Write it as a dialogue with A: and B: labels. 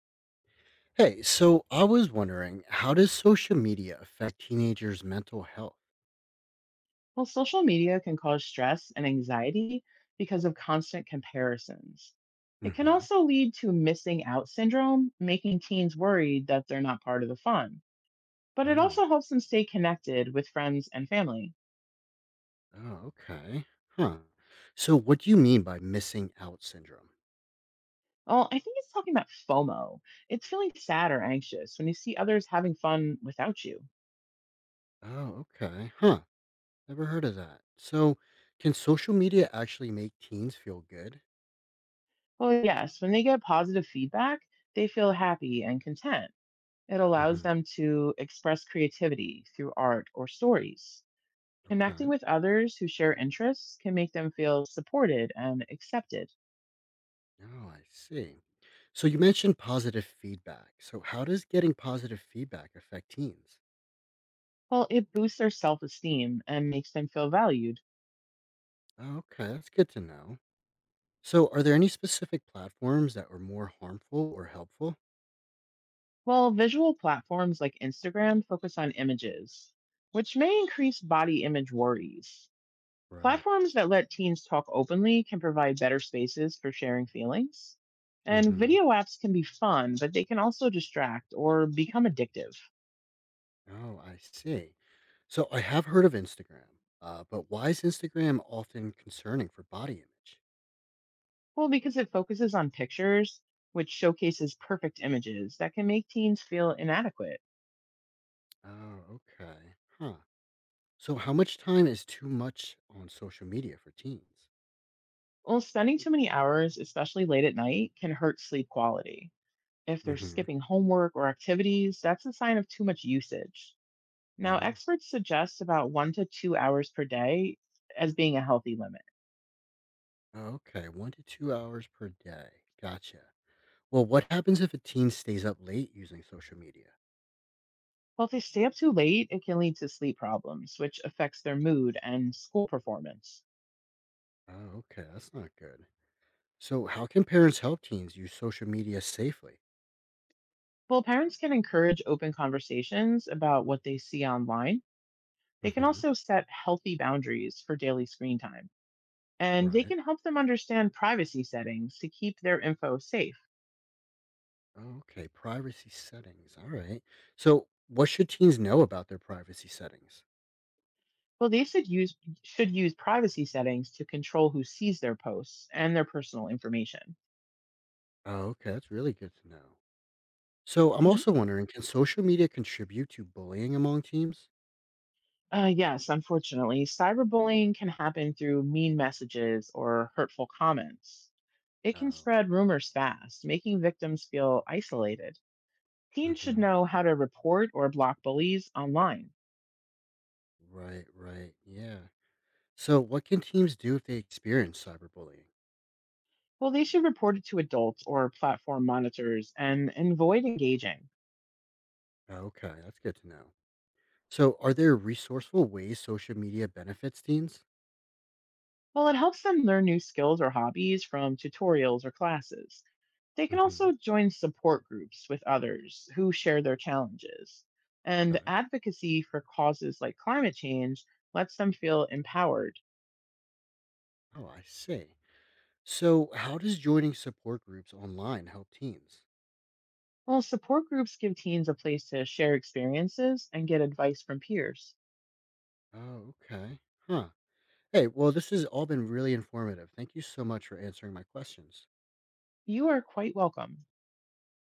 A: Hey, so I was wondering, how does social media affect teenagers' mental health?
B: Well, social media can cause stress and anxiety because of constant comparisons. It can
A: Hmm.
B: also lead to missing out syndrome, making teens worried that they're not part of the fun. But it
A: Oh,
B: also helps them stay connected with friends and family.
A: oh, okay. Huh. So, what do you mean by missing out syndrome?
B: Well, I think it's talking about FOMO. It's feeling sad or anxious when you see others having fun without you.
A: Oh, okay. Huh. Never heard of that. So, can social media actually make teens feel good?
B: Well, yes, when they get positive feedback, they feel happy and content. It allows
A: Hmm.
B: them to express creativity through art or stories. Connecting
A: Okay.
B: with others who share interests can make them feel supported and accepted,
A: Oh, I see. So, you mentioned positive feedback. So, how does getting positive feedback affect teens?
B: while it boosts their self esteem and makes them feel valued.
A: Oh, okay. That's good to know. So, are there any specific platforms that were more harmful or helpful?
B: While visual platforms like Instagram focus on images, which may increase body image worries.
A: Right.
B: Platforms that let teens talk openly can provide better spaces for sharing feelings. And
A: Hmm.
B: video apps can be fun, but they can also distract or become addictive.
A: Oh, I see. So, I have heard of Instagram, but why is Instagram often concerning for body image?
B: Well, because it focuses on pictures, which showcases perfect images that can make teens feel inadequate.
A: Oh, okay. Huh. So, how much time is too much on social media for teens?
B: Well, spending too many hours, especially late at night, can hurt sleep quality. If they're
A: Hmm.
B: skipping homework or activities, that's a sign of too much usage. Now,
A: Oh,
B: experts suggest about 1 to 2 hours per day as being a healthy limit.
A: okay. 1 to 2 hours per day. Gotcha. Well, what happens if a teen stays up late using social media?
B: Well, if they stay up too late, it can lead to sleep problems, which affects their mood and school performance.
A: Oh, okay. That's not good. So, how can parents help teens use social media safely?
B: Well, parents can encourage open conversations about what they see online. They can
A: Hmm.
B: also set healthy boundaries for daily screen time, and they
A: Right.
B: can help them understand privacy settings to keep their info safe.
A: Oh, okay, privacy settings. All right. So, what should teens know about their privacy settings?
B: Well, they should use privacy settings to control who sees their posts and their personal information.
A: Oh, okay, that's really good to know. So, I'm
B: Mhm.
A: also wondering, can social media contribute to bullying among teens?
B: Yes, unfortunately, cyberbullying can happen through mean messages or hurtful comments. It can
A: Oh.
B: spread rumors fast, making victims feel isolated. Teens should
A: Hmm.
B: know how to report or block bullies online.
A: Right, right. Yeah. So, what can teens do if they experience cyberbullying?
B: Well, they should report it to adults or platform monitors and, avoid engaging.
A: Okay, that's good to know. So, are there resourceful ways social media benefits teens?
B: While it helps them learn new skills or hobbies from tutorials or classes, they can
A: Hmm.
B: also join support groups with others who share their challenges. And
A: Okay.
B: advocacy for causes like climate change lets them feel empowered.
A: Oh, I see. So, how does joining support groups online help teams?
B: While support groups give teens a place to share experiences and get advice from peers,
A: Oh, okay. Huh. Hey, well, this has all been really informative. Thank you so much for answering my questions.
B: you are quite welcome.